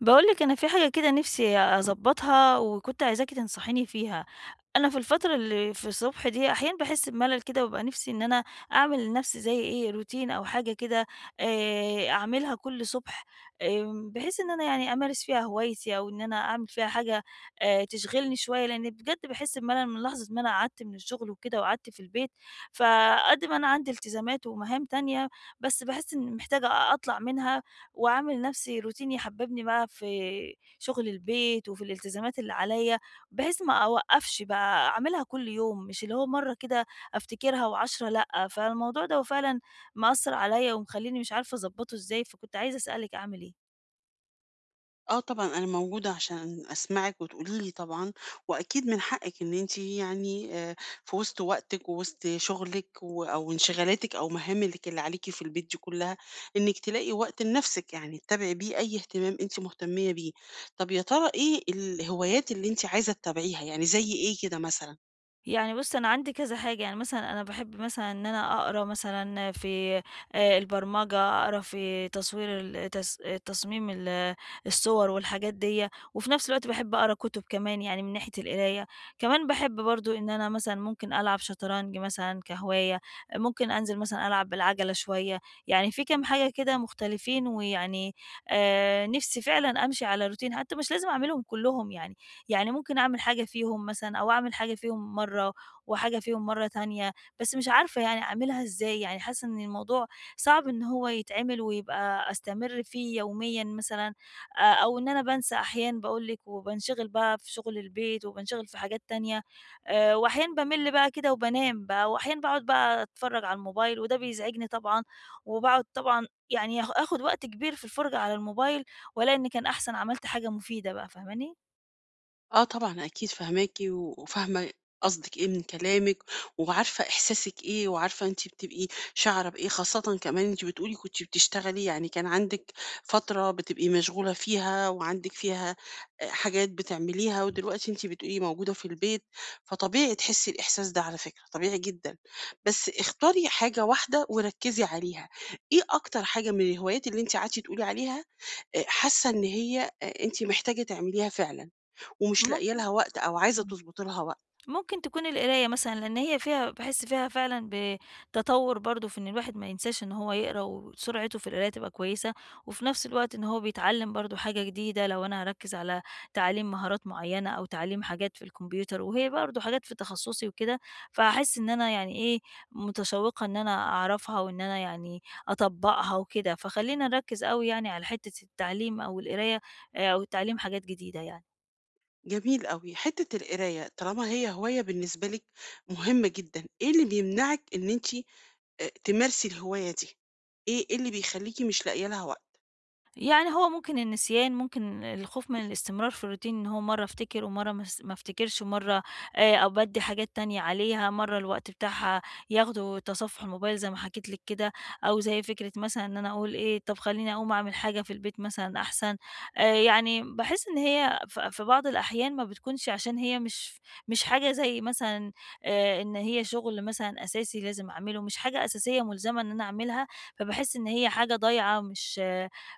باقول لِك أنا في حاجة كده نِفْسي أضبّطها، وكنت عايزاكِ تنصحيني فيها. أنا في الفترة اللي في الصبح دي أحيانًا باحس بملل كده، وبابقى نِفْسي إن أنا أعمل لنَفْسي زي إيه، روتين أو حاجة كده أعملها كل صبح، بحيث إن أنا يعني أمارس فيها هوايتي أو إن أنا أعمل فيها حاجة تشغلني شوية، لإن بجد باحس بملل من لحظة ما أنا قعدت من الشغل وكده وقعدت في البيت، فقد ما أنا عندي التزامات ومهام تانية، بس باحس إني محتاجة أطلع منها، وأعمل نفسي روتين يحببني بقى في شغل البيت وفي الالتزامات اللي عليَّ، بحيث ما أوقّفش بقى، أعملها كل يوم، مش اللي هو مرّة كده أفتكرها و10 لأ. فالموضوع ده هو فعلًا مأثّر عليَّ ومخلّيني مش عارفة أضبّطه إزاي، فكنت عايزة أسألِك أعمل إيه؟ آه طبعًا، أنا موجودة عشان أسمعِك وتقولي لي طبعًا، وأكيد من حقِك إن أنتِ يعني في وسط وقتِك ووسط شغلِك أو انشغالاتِك أو مهامِلِك اللي عليكِ في البيت دي كلها، إنِّك تلاقي وقت لنفسِك، يعني تتابعي بيه أي اهتمام أنتِ مهتمية بيه. طب يا ترى إيه الهوايات اللي أنتِ عايزة تتابعيها، يعني زي إيه كده مثلًا؟ يعني بُص، أنا عندي كذا حاجة. يعني مثلًا أنا باحب مثلًا إن أنا أقرا مثلًا في البرمجة، أقرا في تصوير ال تس تصميم الصور والحاجات ديّة، وفي نفس الوقت باحب أقرا كُتب كمان يعني من ناحية القراية. كمان باحب برضه إن أنا مثلًا ممكن ألعب شطرنج مثلًا كهواية، ممكن أنزل مثلًا ألعب بالعجلة شوية. يعني في كام حاجة كده مختلفين، ويعني نِفسي فعلًا أمشي على روتين، حتى مش لازم أعملهم كلّهم يعني. يعني ممكن أعمل حاجة فيهم مثلًا، أو أعمل حاجة فيهم مرّة وحاجة فيهم مرّة تانية، بس مش عارفة يعني أعملها إزاي. يعني حاسة إن الموضوع صعب إن هو يتعمل ويبقى أستمر فيه يوميًا مثلًا. أو إن أنا بانسى أحيانًا باقول لِك، وبانشغل بقى في شغل البيت وبانشغل في حاجات تانية. وأحيانًا بامِل بقى كده وبانام بقى، وأحيانًا باقعد بقى أتفرّج على الموبايل وده بيزعجني طبعًا. وباقعد طبعًا يعني آخد وقت كبير في الفُرجة على الموبايل، وألاقي إن كان أحسن عملت حاجة مفيدة بقى. فاهماني؟ آه طبعًا أكيد فاهماكِ وفاهمة قصدِك إيه من كلامِك، وعارفة إحساسِك إيه، وعارفة أنتِ بتبقي شاعرة بإيه، خاصةً كمان أنتِ بتقولي كنتِ بتشتغلي يعني كان عندِك فترة بتبقي مشغولة فيها وعندِك فيها حاجات بتعمليها، ودلوقتي أنتِ بتقولي موجودة في البيت، فطبيعي تحسي الإحساس ده على فكرة، طبيعي جدًا. بس اختاري حاجة واحدة وركّزي عليها، إيه أكتر حاجة من الهوايات اللي أنتِ قعدتِ تقولي عليها حاسة إن هي أنتِ محتاجة تعمليها فعلًا؟ ومش لاقية ممكن. لها وقت أو عايزة إمم. تضبطي لها وقت. ممكن تكون القراية مثلًا، لإن هي فيها باحس فيها فعلًا بتطوُّر برضه، في إن الواحد ما ينساش إن هو يقرا، وسرعته في القراية تبقى كويسة. وفي نفس الوقت إن هو بيتعلّم برضه حاجة جديدة. لو أنا هاركّز على تعليم مهارات معيّنة أو تعليم حاجات في الكمبيوتر، وهي برضه حاجات في تخصُّصي وكده، فهاحس إن أنا يعني إيه، متشوّقة إن أنا أعرفها وإن أنا يعني أطبّقها وكده. فخلّينا نركّز أوي يعني على حتّة التعليم أو القراية أو تعليم حاجات جديدة يعني. جميل أوي. حتّة القراية طالما هي هواية بالنسبة لِك مهمة جدًا، إيه اللي بيمنعِك إن أنتِ تمارسي الهواية دي؟ إيه اللي بيخلّيكِ مش لاقية لها وقت؟ يعني هو ممكن النسيان، ممكن الخوف من الاستمرار في الroutine. إن هو مرّة أفتكر ومرّة ما أفتكرش، ومرّة أبدّي حاجات تانية عليها، مرّة الوقت بتاعها ياخده تصفح الموبايل زي ما حكيت لِك كده، أو زي فكرة مثلًا إن أنا أقول إيه، طب خلّيني أقوم أعمل حاجة في البيت مثلًا أحسن. يعني باحس إن هي في بعض الأحيان ما بتكونش، عشان هي مش حاجة زي مثلًا إن هي شغل مثلًا أساسي لازم أعمله، مش حاجة أساسية ملزمة إن أنا أعملها. فباحس إن هي حاجة ضايعة، مش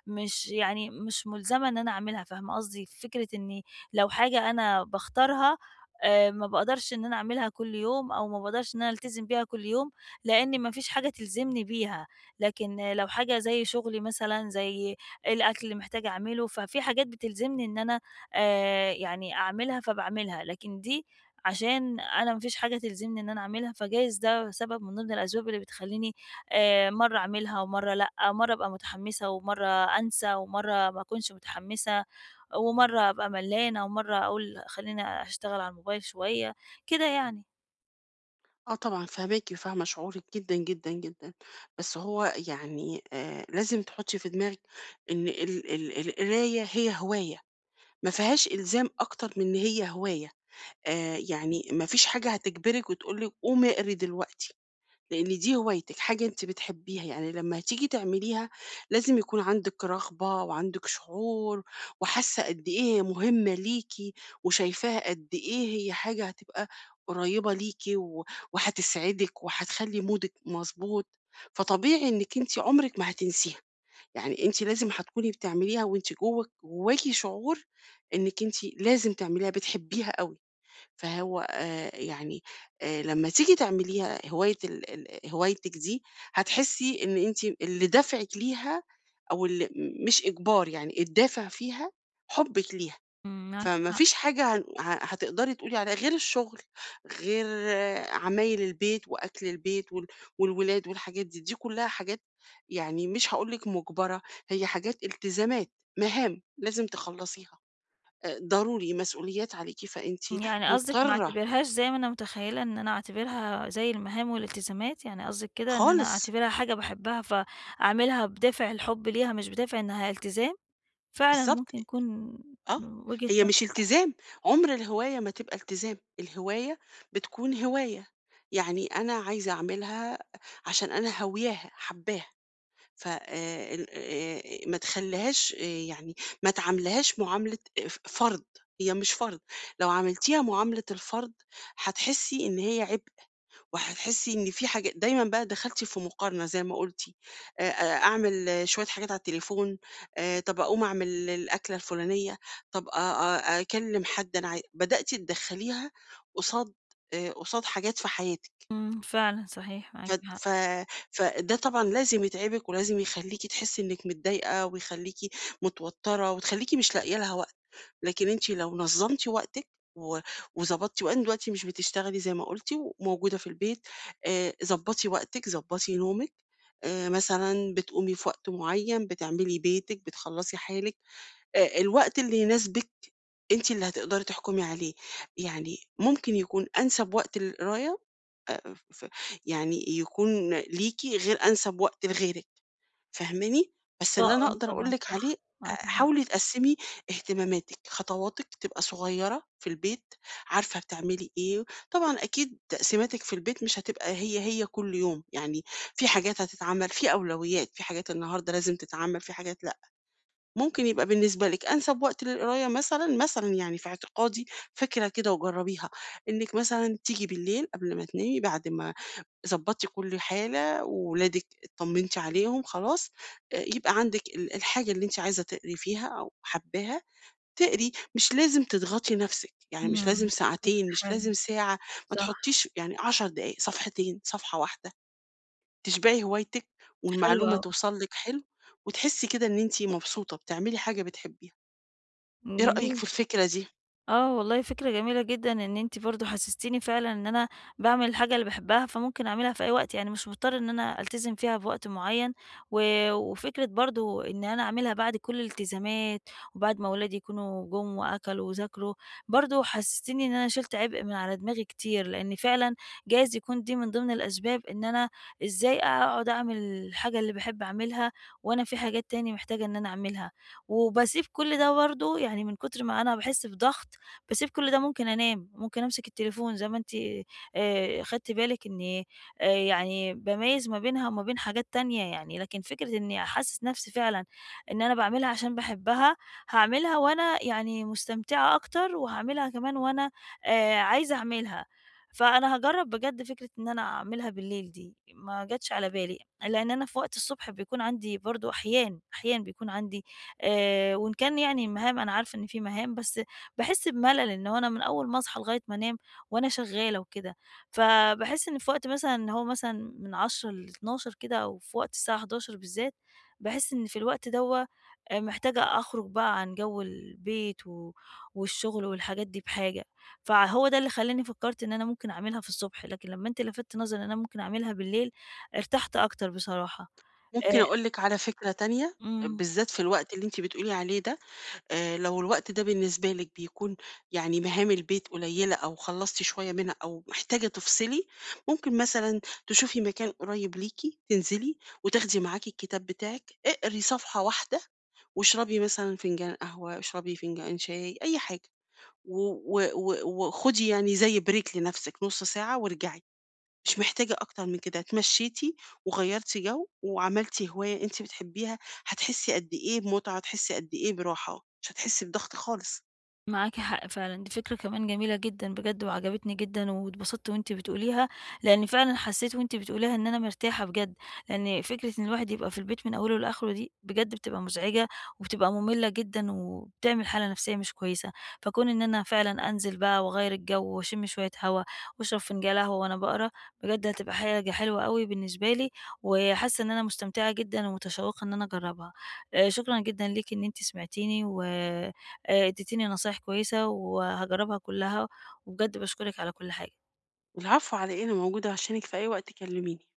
مش يعني مش ملزمة إن أنا أعملها. فاهمة قصدي؟ فكرة إني لو حاجة أنا باختارها، ما باقدرش إن أنا أعملها كل يوم، أو ما باقدرش إن أنا ألتزم بيها كل يوم، لإن ما فيش حاجة تلزمني بيها. لكن آه، لو حاجة زي شغلي مثلًا، زي الأكل اللي محتاجة أعمله، ففي حاجات بتلزمني إن أنا يعني أعملها فباعملها. لكن دي عشان أنا ما فيش حاجة تلزمني إن أنا أعملها، فجايز ده سبب من ضمن الأسباب اللي بتخلّيني مرّة أعملها ومرّة لأ، مرّة أبقى متحمسة ومرّة أنسى ومرّة ما أكونش متحمّسة ومرّة أبقى ملّانة ومرّة أقول خلّيني أشتغل على الموبايل شوية، كده يعني. آه طبعًا فاهماكِ وفاهمة شعورِك جدًا، جدًا، جدًا. بس هو يعني لازم تحُطّي في دماغِك إن ال القراية هي هواية، ما فيهاش إلزام أكتر من إن هي هواية. يعني ما فيش حاجة هتجبرِك وتقول لِك قومي اقري دلوقتي. لإن دي هوايتِك، حاجة أنتِ بتحبيها، يعني لمّا هتيجي تعمليها لازم يكون عندِك رغبة وعندِك شعور وحاسة قد إيه هي مهمة ليكِ وشايفاها قد إيه هي حاجة هتبقى قريّبة ليكِ و وهتسعدِك وهتخلّي مودِك مضبوط، فطبيعي إنِّك أنتِ عمرِك ما هتنسيها، يعني أنتِ لازم هتكوني بتعمليها وأنتِ جوّاك جواكِ شعور إنِّك أنتِ لازم تعمليها، بتحبيها أوي. فهو يعني لمّا تيجي تعمليها هواية ال ال هوايتِك دي، هتحسّي إن أنتِ اللي دافعِك ليها أو اللي مش إجبار، يعني الدافع فيها حُبِّك ليها، إمم، معاكِ فما حق. فيش حاجة هن ه هتقدري تقولي عليها غير الشغل، غير آه، عمايل البيت وأكل البيت والولاد والحاجات دي، دي كُلّها حاجات يعني مش هاقول لِك مُجبرة، هي حاجات التزامات، مهام لازم تخلّصيها، ضروري، مسؤوليات عليكِ، فأنتِ يعني قصدِك ما مضطرة أعتبرهاش زي ما أنا متخيّلة إن أنا أعتبرها زي المهام والالتزامات، يعني قصدِك كده إن أنا خالص، أعتبرها حاجة باحبها فأعملها بدافع الحُب ليها مش بدافع إنها التزام؟ فعلًا بالضبط، ممكن يكون آه، وجهة هي نظر. مش التزام، عُمر الهواية ما تبقى التزام، الهواية بتكون هواية، يعني أنا عايزة أعملها عشان أنا هاوياها، حاباها، ف ال ما تخلّيهاش يعني ما تعاملهاش معاملة فرض، هي مش فرض، لو عاملتيها معاملة الفرض هتحسّي إن هي عبء. وهتحسي إن في حاجة دايمًا بقى دخلتِ في مقارنة زي ما قلتِ، آآ أعمل آه، شوية حاجات على التليفون، طب أقوم أعمل الأكلة الفلانية، طب أ أ أكلم حد أنا بدأتِ تدخليها قصاد قصاد حاجات في حياتِك، إمم، فعلًا صحيح ف معاكِ حق. ف فده طبعًا لازم يتعبِك ولازم يخليكِ تحسي إنِك متضايقة ويخليكِ متوترة وتخليكِ مش لاقية لها وقت. لكن أنتِ لو نظّمتِ وقتِك و وضبطتِ وأن دلوقتي مش بتشتغلي زي ما قُلتِ وموجودة في البيت، ضبّطي وقتِك، ضبّطي نومِك، مثلًا بتقومي في وقت معيّن، بتعملي بيتِك، بتخلّصي حالِك، الوقت اللي يناسبِك أنتِ اللي هتقدري تحكمي عليه، يعني ممكن يكون أنسب وقت للقراية ف يعني يكون ليكِ غير أنسب وقت لغيرِك. فاهماني؟ بس آه، اللي أنا آه، أقدر أقول طبعًا لِك عليه صح، معاكِ حق. حاولي تقسّمي اهتماماتِك، خطواتِك تبقى صغيّرة في البيت، عارفة بتعملي إيه، طبعًا أكيد تقسيماتِك في البيت مش هتبقى هي كل يوم، يعني في حاجات هتتعمل، في أولويات، في حاجات النهارده لازم تتعمل، في حاجات لأ. ممكن يبقى بالنسبة لِك أنسب وقت للقراية مثلًا، مثلًا يعني في اعتقادي فكرة كده وجرّبيها، إنِّك مثلًا تيجي بالليل قبل ما تنامي بعد ما ضبّطي كل حالة وولادِك اتطمّنتِ عليهم خلاص، يبقى عندِك الحاجة اللي أنتِ عايزة تقري فيها أو حاباها تقري، مش لازم تضغطي نَفْسِك، يعني مش لازم إمم، فكرة ساعتين، مش حلوة. لازم ساعة، ما صح. تحطّيش يعني 10 دقايق، صفحتين، صفحة واحدة، تشبعي هوايتِك حلو والمعلومة أوي. توصل لِك حلو وتحسّي كده إن أنتِ مبسوطة، بتعملي حاجة بتحبيها. إيه رأيِك جميل. في الفكرة دي؟ آه والله فكرة جميلة جدًا، إن أنتِ برضه حسستيني فعلًا إن أنا باعمل الحاجة اللي باحبها، فممكن أعملها في أي وقت، يعني مش مضطر إن أنا ألتزم فيها بوقت معيّن. و وفكرة برضه إن أنا أعملها بعد كل الالتزامات، وبعد ما ولادي يكونوا جُم وأكلوا وذاكروا. برضه حسستيني إن أنا شِلت عبء من على دماغي كتير، لإن فعلًا جايز يكون دي من ضمن الأسباب إن أنا إزاي أقعد أعمل الحاجة اللي باحب أعملها، وأنا في حاجات تاني محتاجة إن أنا أعملها، وباسيب كل ده برضه يعني من كتر ما أنا باحس بضغط، باسيب كل ده ممكن أنام، ممكن أمسك التليفون زي ما أنتِ خدتِ بالِك إني يعني باميّز ما بينها وما بين حاجات تانية يعني. لكن فكرة إني أحسّس نفسي فعلًا إن أنا باعملها عشان باحبها، هاعملها وأنا يعني مستمتعة أكتر، وهاعملها كمان وأنا عايزة أعملها. فأنا هاجرّب بجد فكرة إن أنا أعملها بالليل دي، ما جاتش على بالي. لإن أنا في وقت الصبح بيكون عندي برضه أحيان بيكون عندي وإن كان يعني مهام، أنا عارفة إن في مهام، بس باحس بملل إن هو أنا من أول ما أصحى لغاية ما أنام وأنا شغّالة وكده. فباحس إن في وقت مثلًا اللي هو مثلًا من 10:00 ل12:00 كده، أو في وقت الساعة 11:00 بالذات، باحس إن في الوقت دوّة محتاجة أخرج بقى عن جو البيت و والشغل والحاجات دي بحاجة. فهو ده اللي خلّاني فكّرت إن أنا ممكن أعملها في الصبح، لكن لمّا أنت لفتت نظري إن أنا ممكن أعملها بالليل، ارتحت أكتر بصراحة. ممكن آآ أقول لِك على فكرة تانية، إمم. بالذات في الوقت اللي أنتِ بتقولي عليه ده. لو الوقت ده بالنسبة لِك بيكون يعني مهام البيت قليلة أو خلّصتِ شوية منها أو محتاجة تفصلي، ممكن مثلًا تشوفي مكان قريب ليكِ، تنزلي وتاخدي معاكِ الكتاب بتاعِك، اقري صفحة واحدة واشربي مثلًا فنجان قهوة، اشربي فنجان شاي، أي حاجة، و و و وخدي يعني زي break لنفسِك نُص ساعة وارجعي. مش محتاجة أكتر من كده، اتمشيتِ وغيّرتِ جو وعملتِ هواية أنتِ بتحبيها، هتحسي قد إيه بمتعة، هتحسي قد إيه براحة، مش هتحسي بضغط خالص. معاكِ حق فعلًا. دي فكرة كمان جميلة جدًا بجد وعجبتني جدًا، واتبسطت وأنتِ بتقوليها. لإن فعلًا حسيت وأنتِ بتقوليها إن أنا مرتاحة بجد، لإن فكرة إن الواحد يبقى في البيت من أوله لآخره دي بجد بتبقى مزعجة، وبتبقى مملة جدًا، وبتعمل حالة نفسية مش كويسة. فكون إن أنا فعلًا أنزل بقى وأغيّر الجو وأشم شوية هوا، وأشرب فنجان قهوة وأنا باقرا، بجد هتبقى حاجة حلوة أوي بالنسبة لي. وحاسة إن أنا مستمتعة جدًا ومتشوقة إن أنا أجربها. شكرًا جدًا ليكِ إن أنتِ سمعتيني و اديتيني نصايح كويسة وهاجرّبها كلّها، وبجد باشكرِك على كل حاجة. العفو على إيه، أنا موجودة عشانِك في أي وقت كلميني.